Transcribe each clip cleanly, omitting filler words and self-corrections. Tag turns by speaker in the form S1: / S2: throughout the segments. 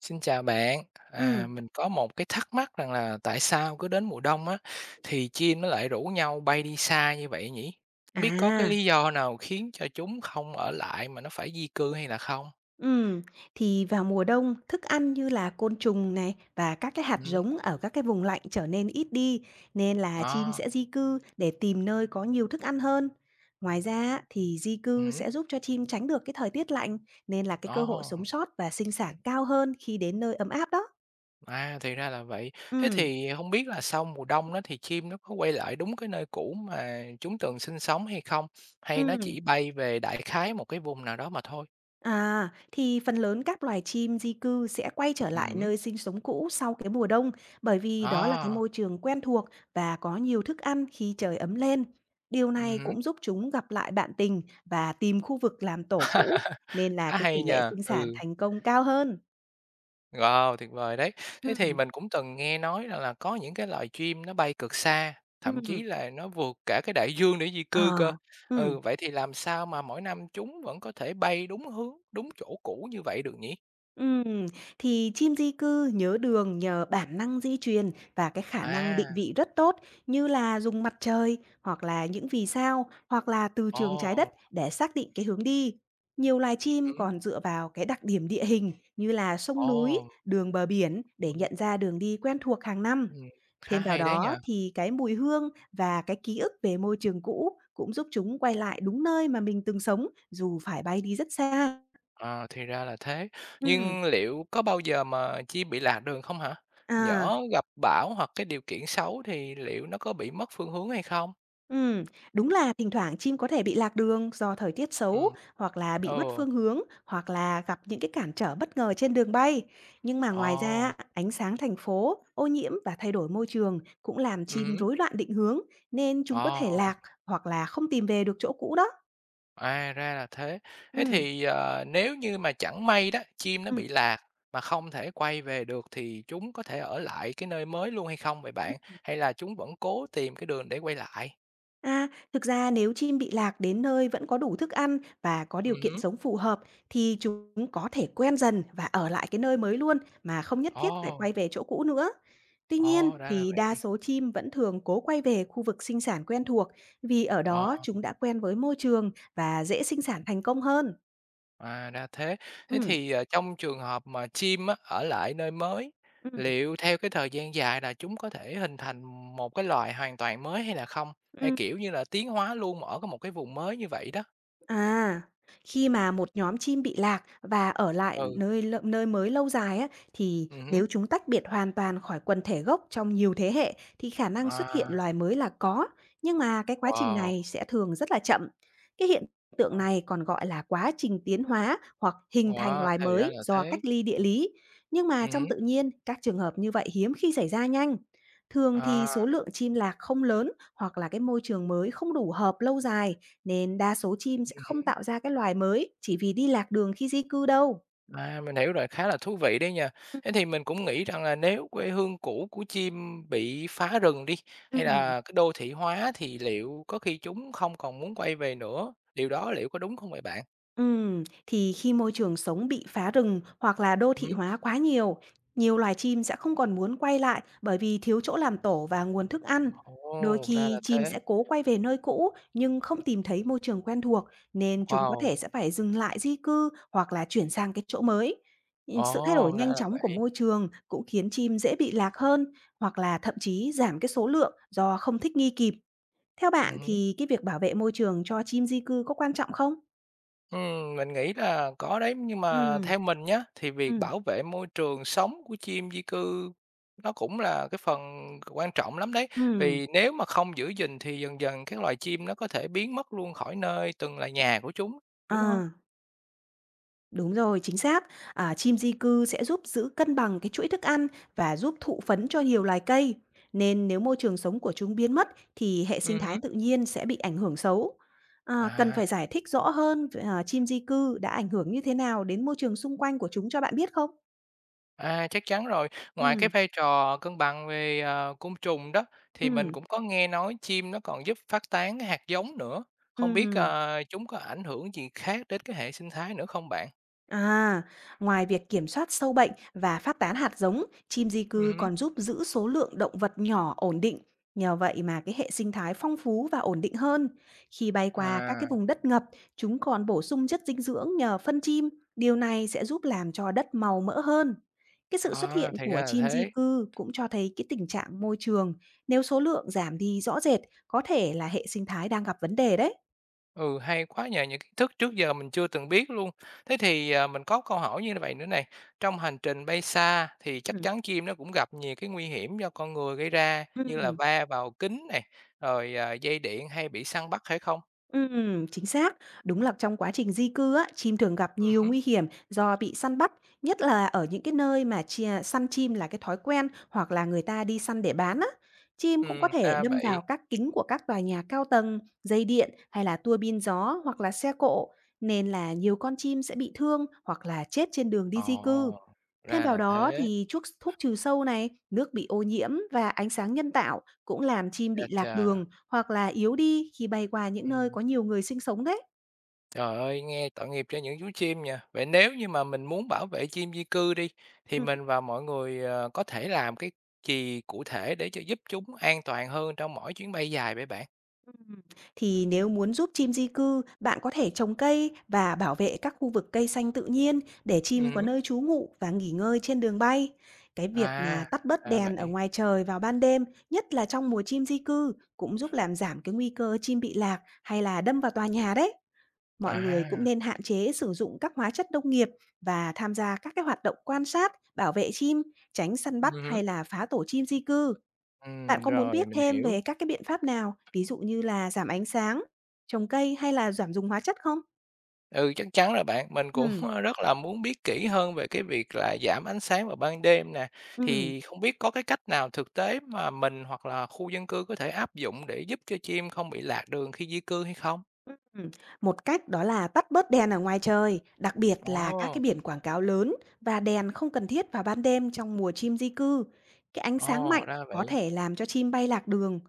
S1: Xin chào bạn,
S2: Ừm,
S1: mình có một cái thắc mắc rằng là tại sao cứ đến mùa đông á thì chim nó lại rủ nhau bay đi xa như vậy nhỉ? Không biết có cái
S2: à,
S1: lý do nào khiến cho chúng không ở lại mà nó phải di cư hay là không?
S2: ừm, thì vào mùa đông, thức ăn như là côn trùng này và các cái hạt
S1: Ừ,
S2: giống ở các cái vùng lạnh trở nên ít đi, nên là chim
S1: đó,
S2: sẽ di cư để tìm nơi có nhiều thức ăn hơn. Ngoài ra á, thì di
S1: ừ,
S2: cư sẽ giúp cho chim tránh được cái thời tiết lạnh, nên là cái cơ hội
S1: đó,
S2: sống sót và sinh sản cao hơn khi đến nơi ấm áp đó.
S1: à thì ra là vậy. Thế
S2: Ừm,
S1: thì không biết là sau mùa đông đó thì chim nó có quay lại đúng cái nơi cũ mà chúng từng sinh sống hay không? Hay nó
S2: ừm.
S1: chỉ bay về đại khái một cái vùng nào đó mà thôi?
S2: À, thì phần lớn các loài chim di cư sẽ quay trở
S1: Ừ,
S2: lại nơi sinh sống cũ sau cái mùa đông, bởi vì đó là cái
S1: đó,
S2: môi trường quen thuộc và có nhiều thức ăn khi trời ấm lên. Điều này
S1: ừ,
S2: cũng giúp chúng gặp lại bạn tình và tìm khu vực làm tổ cũ, nên là
S1: khá
S2: cái tỷ
S1: hay
S2: lệ
S1: nhờ,
S2: sinh sản
S1: ừ.
S2: thành công cao hơn.
S1: Wow, tuyệt vời đấy. Thế thì
S2: Ừ,
S1: mình cũng từng nghe nói rằng là có những cái loài chim nó bay cực xa, thậm
S2: ừ.
S1: chí là nó vượt cả cái đại dương để di cư cơ.
S2: Ờ, ừ.
S1: Ừ, vậy thì làm sao mà mỗi năm chúng vẫn có thể bay đúng hướng, đúng chỗ cũ như vậy được nhỉ?
S2: Ừm, thì chim di cư nhớ đường nhờ bản năng di truyền và cái khả năng định
S1: À,
S2: vị rất tốt như là dùng mặt trời hoặc là những vì sao hoặc là từ
S1: ồ,
S2: trường trái đất để xác định cái hướng đi. Nhiều loài chim
S1: ừm,
S2: còn dựa vào cái đặc điểm địa hình như là sông núi,
S1: ồ,
S2: đường bờ biển để
S1: đúng,
S2: nhận ra đường đi quen thuộc hàng năm.
S1: ừm, khá
S2: Thêm vào
S1: hay đấy
S2: đó
S1: nhờ.
S2: thì cái mùi hương và cái ký ức về môi trường cũ cũng giúp chúng quay lại đúng nơi mà mình từng sống dù phải bay đi rất xa.
S1: À, thì ra là thế.
S2: Ừm,
S1: Nhưng liệu có bao giờ mà chim bị lạc đường không hả?
S2: à.
S1: Nhỡ gặp bão hoặc cái điều kiện xấu thì liệu nó có bị mất phương hướng hay không?
S2: Ừm, Đúng là thỉnh thoảng chim có thể bị lạc đường do thời tiết
S1: Ừ,
S2: xấu, hoặc là bị mất
S1: ừ.
S2: phương hướng, hoặc là gặp những cái cản trở bất ngờ trên đường bay. Nhưng mà ngoài ra,
S1: Ồ.
S2: ánh sáng thành phố, ô nhiễm và thay đổi môi trường cũng làm chim
S1: Hứm.
S2: rối loạn định hướng, nên chúng có thể
S1: Ồ,
S2: lạc hoặc là không tìm về được chỗ cũ đó.
S1: à, ra là thế. Thế
S2: Ừm,
S1: thì, nếu như mà chẳng may đó, chim nó
S2: ừm,
S1: bị
S2: ừm.
S1: lạc mà không thể quay về được thì chúng có thể ở lại cái nơi mới luôn hay không vậy bạn? Hay là chúng vẫn cố tìm cái đường để quay lại?
S2: À, thực ra nếu chim bị lạc đến nơi vẫn có đủ thức ăn và có điều kiện
S1: Hứm.
S2: sống phù hợp thì chúng có thể quen dần và ở lại cái nơi mới luôn mà không nhất thiết phải quay
S1: Ồ,
S2: về chỗ cũ nữa. Tuy nhiên
S1: ồ, ra là
S2: thì
S1: vậy.
S2: đa số chim vẫn thường cố quay về khu vực sinh sản quen thuộc vì ở đó
S1: Ờ,
S2: chúng đã quen với môi trường và dễ sinh sản thành công hơn.
S1: à, ra thế. Thế
S2: Ừ,
S1: thì, trong trường hợp mà chim á, ở lại nơi mới,
S2: ừ,
S1: liệu theo cái thời gian dài là chúng có thể hình thành một cái loài hoàn toàn mới hay là không? Hay,
S2: ừ.
S1: kiểu như là, tiến hóa luôn ở cái một cái vùng mới như vậy đó?
S2: À, khi mà một nhóm chim bị lạc và ở lại
S1: Ừ,
S2: nơi mới lâu dài á, thì
S1: hứm.
S2: nếu chúng tách biệt hoàn toàn khỏi quần thể gốc trong nhiều thế hệ thì khả năng xuất hiện
S1: À,
S2: loài mới là có, nhưng mà cái quá trình
S1: wow,
S2: này sẽ thường rất là chậm. Cái hiện tượng
S1: à,
S2: này còn gọi là quá trình tiến hóa hoặc hình thành
S1: wow,
S2: loài
S1: thì ra
S2: mới
S1: là
S2: do cách
S1: thế.
S2: ly địa
S1: Ừm,
S2: lý, nhưng mà trong
S1: hứm,
S2: tự nhiên các trường hợp như vậy hiếm khi xảy ra nhanh. Thường thì số
S1: à,
S2: lượng chim lạc không lớn hoặc là cái môi trường mới không đủ hợp lâu dài nên đa số chim sẽ không
S1: hứm,
S2: tạo ra cái loài mới chỉ vì đi lạc đường khi di cư đâu.
S1: à, mình hiểu rồi, khá là thú vị đấy nha. Thế thì mình cũng nghĩ rằng là nếu quê hương cũ của chim bị phá rừng đi,
S2: Ừm,
S1: hay
S2: ừm.
S1: là cái đô thị hóa thì liệu có khi chúng không còn muốn quay về nữa, điều đó liệu có đúng không vậy bạn?
S2: Thì khi môi trường sống bị phá rừng hoặc là đô thị
S1: Hứm.
S2: hóa quá nhiều, nhiều loài chim sẽ không còn muốn quay lại bởi vì thiếu chỗ làm tổ và nguồn thức ăn. Đôi
S1: Ồ, ra
S2: khi
S1: là
S2: chim
S1: thế.
S2: sẽ cố quay về nơi cũ nhưng không tìm thấy môi trường quen thuộc nên chúng có thể
S1: Wow,
S2: sẽ phải dừng lại di cư hoặc là chuyển sang cái chỗ mới. Ừ,
S1: ồ,
S2: sự thay đổi
S1: ra
S2: nhanh
S1: là
S2: chóng của
S1: vậy.
S2: môi trường cũng khiến chim dễ bị lạc hơn hoặc là thậm chí giảm cái số lượng do không thích nghi kịp. Theo bạn
S1: Hứm.
S2: thì cái việc bảo vệ môi trường cho chim di cư có quan trọng không?
S1: Mình nghĩ là có đấy, nhưng mà
S2: Ừ.
S1: theo mình nhá, thì việc
S2: Ừm,
S1: bảo vệ môi trường sống của chim di cư nó cũng là cái phần quan trọng lắm đấy.
S2: ừm,
S1: Vì nếu mà không giữ gìn thì dần dần các loài chim nó có thể biến mất luôn khỏi nơi từng là nhà của chúng, đúng không?
S2: À, đúng rồi, chính xác. À, chim di cư sẽ giúp giữ cân bằng cái chuỗi thức ăn và giúp thụ phấn cho nhiều loài cây. Nên nếu môi trường sống của chúng biến mất thì hệ sinh thái
S1: Hứm.
S2: tự nhiên sẽ bị ảnh hưởng xấu. À, cần
S1: À,
S2: phải giải thích rõ hơn về, à, chim di cư đã ảnh hưởng như thế nào đến môi trường xung quanh của chúng cho bạn biết không?
S1: à, chắc chắn rồi. Ngoài cái
S2: Ừm,
S1: vai trò cân bằng về, côn trùng đó, thì mình
S2: ừm,
S1: cũng có nghe nói chim nó còn giúp phát tán cái hạt giống nữa. Không biết,
S2: ừm.
S1: chúng có ảnh hưởng gì khác đến cái hệ sinh thái nữa không bạn?
S2: À, ngoài việc kiểm soát sâu bệnh và phát tán hạt giống, chim di cư
S1: Ừm.
S2: còn giúp giữ số lượng động vật nhỏ ổn định. Nhờ vậy mà cái hệ sinh thái phong phú và ổn định hơn. Khi bay qua các cái
S1: À,
S2: vùng đất ngập, chúng còn bổ sung chất dinh dưỡng nhờ phân chim. Điều này sẽ giúp làm cho đất màu mỡ hơn. Cái sự xuất
S1: à,
S2: hiện
S1: thì
S2: của
S1: ra là
S2: chim di
S1: thế.
S2: cư cũng cho thấy cái tình trạng môi trường, nếu số lượng giảm đi rõ rệt, có thể là hệ sinh thái đang gặp vấn đề đấy.
S1: Ừ, hay quá nhờ, những kiến thức trước giờ mình chưa từng biết luôn. Thế thì, mình có câu hỏi như vậy nữa này, trong hành trình bay xa thì chắc
S2: Ừ.
S1: chắn chim nó cũng gặp nhiều cái nguy hiểm do con người gây ra như là
S2: Ừ.
S1: va vào kính này, rồi, à, dây điện hay bị săn bắt hay không?
S2: Chính xác. Đúng là trong quá trình di cư á, chim thường gặp
S1: Ừ,
S2: nhiều
S1: hứm,
S2: nguy hiểm do bị săn bắt, nhất là ở những cái nơi mà săn chim là cái thói quen hoặc là người ta đi săn để bán á. Chim cũng có thể
S1: ra
S2: đâm
S1: vậy.
S2: vào các kính của các tòa nhà cao tầng, dây điện hay là tua bin gió hoặc là xe cộ, nên là nhiều con chim sẽ bị thương hoặc là chết trên đường đi di cư.
S1: Ồ,
S2: Thêm
S1: ra
S2: vào
S1: là
S2: đó
S1: thế,
S2: thì chuốc thuốc trừ sâu này, nước bị ô nhiễm và ánh sáng nhân tạo cũng làm chim bị
S1: cha
S2: lạc
S1: cha,
S2: đường hoặc là yếu đi khi bay qua những nơi
S1: ừm.
S2: có nhiều người sinh sống đấy.
S1: Trời ơi, nghe tội nghiệp cho những chú chim nha. Vậy nếu như mà mình muốn bảo vệ chim di cư đi, thì
S2: Ừm,
S1: mình và mọi người có thể làm cái gì cụ thể để cho giúp chúng an toàn hơn trong mỗi chuyến bay dài vậy bạn?
S2: ừm. Thì nếu muốn giúp chim di cư, bạn có thể trồng cây và bảo vệ các khu vực cây xanh tự nhiên để
S1: Ừ.
S2: chim có
S1: Hứ.
S2: nơi trú ngụ và nghỉ ngơi trên đường bay. Cái việc mà
S1: À,
S2: tắt bớt
S1: ra
S2: đèn ở
S1: vậy.
S2: ngoài trời vào ban đêm, nhất là trong mùa chim di cư, cũng giúp làm giảm cái nguy cơ chim bị lạc hay là đâm vào tòa nhà đấy. Mọi người cũng
S1: À,
S2: nên hạn chế sử dụng các hóa chất nông nghiệp và tham gia các cái hoạt động quan sát, bảo vệ chim, tránh săn bắt
S1: ừ. Hứ.
S2: hay là phá tổ chim di cư. Bạn có muốn
S1: Rồi
S2: biết
S1: mình
S2: thêm
S1: hiểu.
S2: về các cái biện pháp nào, ví dụ như là giảm ánh sáng, trồng cây hay là giảm dùng hóa chất không?
S1: Ừ, chắc chắn rồi bạn. Mình cũng
S2: Ừ,
S1: rất là muốn biết kỹ hơn về cái việc là giảm ánh sáng vào ban đêm nè.
S2: ừ.
S1: Thì không biết có cái cách nào thực tế mà mình hoặc là khu dân cư có thể áp dụng để giúp cho chim không bị lạc đường khi di cư hay không?
S2: Ừm, Một cách đó là tắt bớt đèn ở ngoài trời, đặc biệt là các cái
S1: Ồ!
S2: biển quảng cáo lớn và đèn không cần thiết vào ban đêm trong mùa chim di cư. Cái ánh sáng
S1: Ồ,
S2: mạnh
S1: ra
S2: có
S1: vậy.
S2: thể làm cho chim bay lạc đường.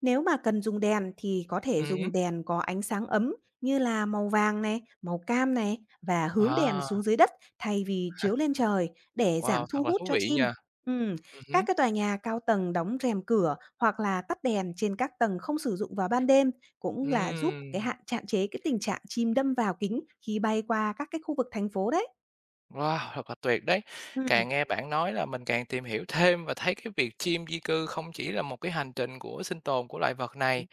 S2: Nếu mà cần dùng đèn thì có thể
S1: Hứm.
S2: dùng đèn có ánh sáng ấm như là màu vàng này, màu cam này và hướng đèn xuống
S1: À,
S2: dưới đất thay vì chiếu lên trời để giảm
S1: wow,
S2: thu
S1: thật là
S2: hút
S1: thú
S2: cho
S1: vị
S2: chim.
S1: nha.
S2: Ừm, các
S1: Hứm.
S2: cái tòa nhà cao tầng đóng rèm cửa hoặc là tắt đèn trên các tầng không sử dụng vào ban đêm cũng là giúp cái
S1: Ừm,
S2: hạn hạn chế cái tình trạng chim đâm vào kính khi bay qua các cái khu vực thành phố đấy.
S1: wow, thật là tuyệt đấy.
S2: Ừm, ừm,
S1: Càng nghe bạn nói là mình càng tìm hiểu thêm và thấy cái việc chim di cư không chỉ là một cái hành trình của sinh tồn của loài vật này,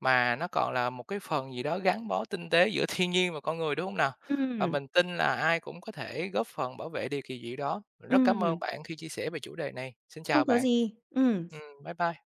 S1: mà nó còn là một cái phần gì đó gắn bó tinh tế giữa thiên nhiên và con người, đúng không nào? Và
S2: ừm,
S1: mình tin là ai cũng có thể góp phần bảo vệ điều kỳ diệu đó. Mình rất cảm ơn
S2: ừm,
S1: bạn khi chia sẻ về chủ đề này. Xin
S2: Không
S1: chào
S2: có
S1: bạn.
S2: gì. Ừm.
S1: Bye bye.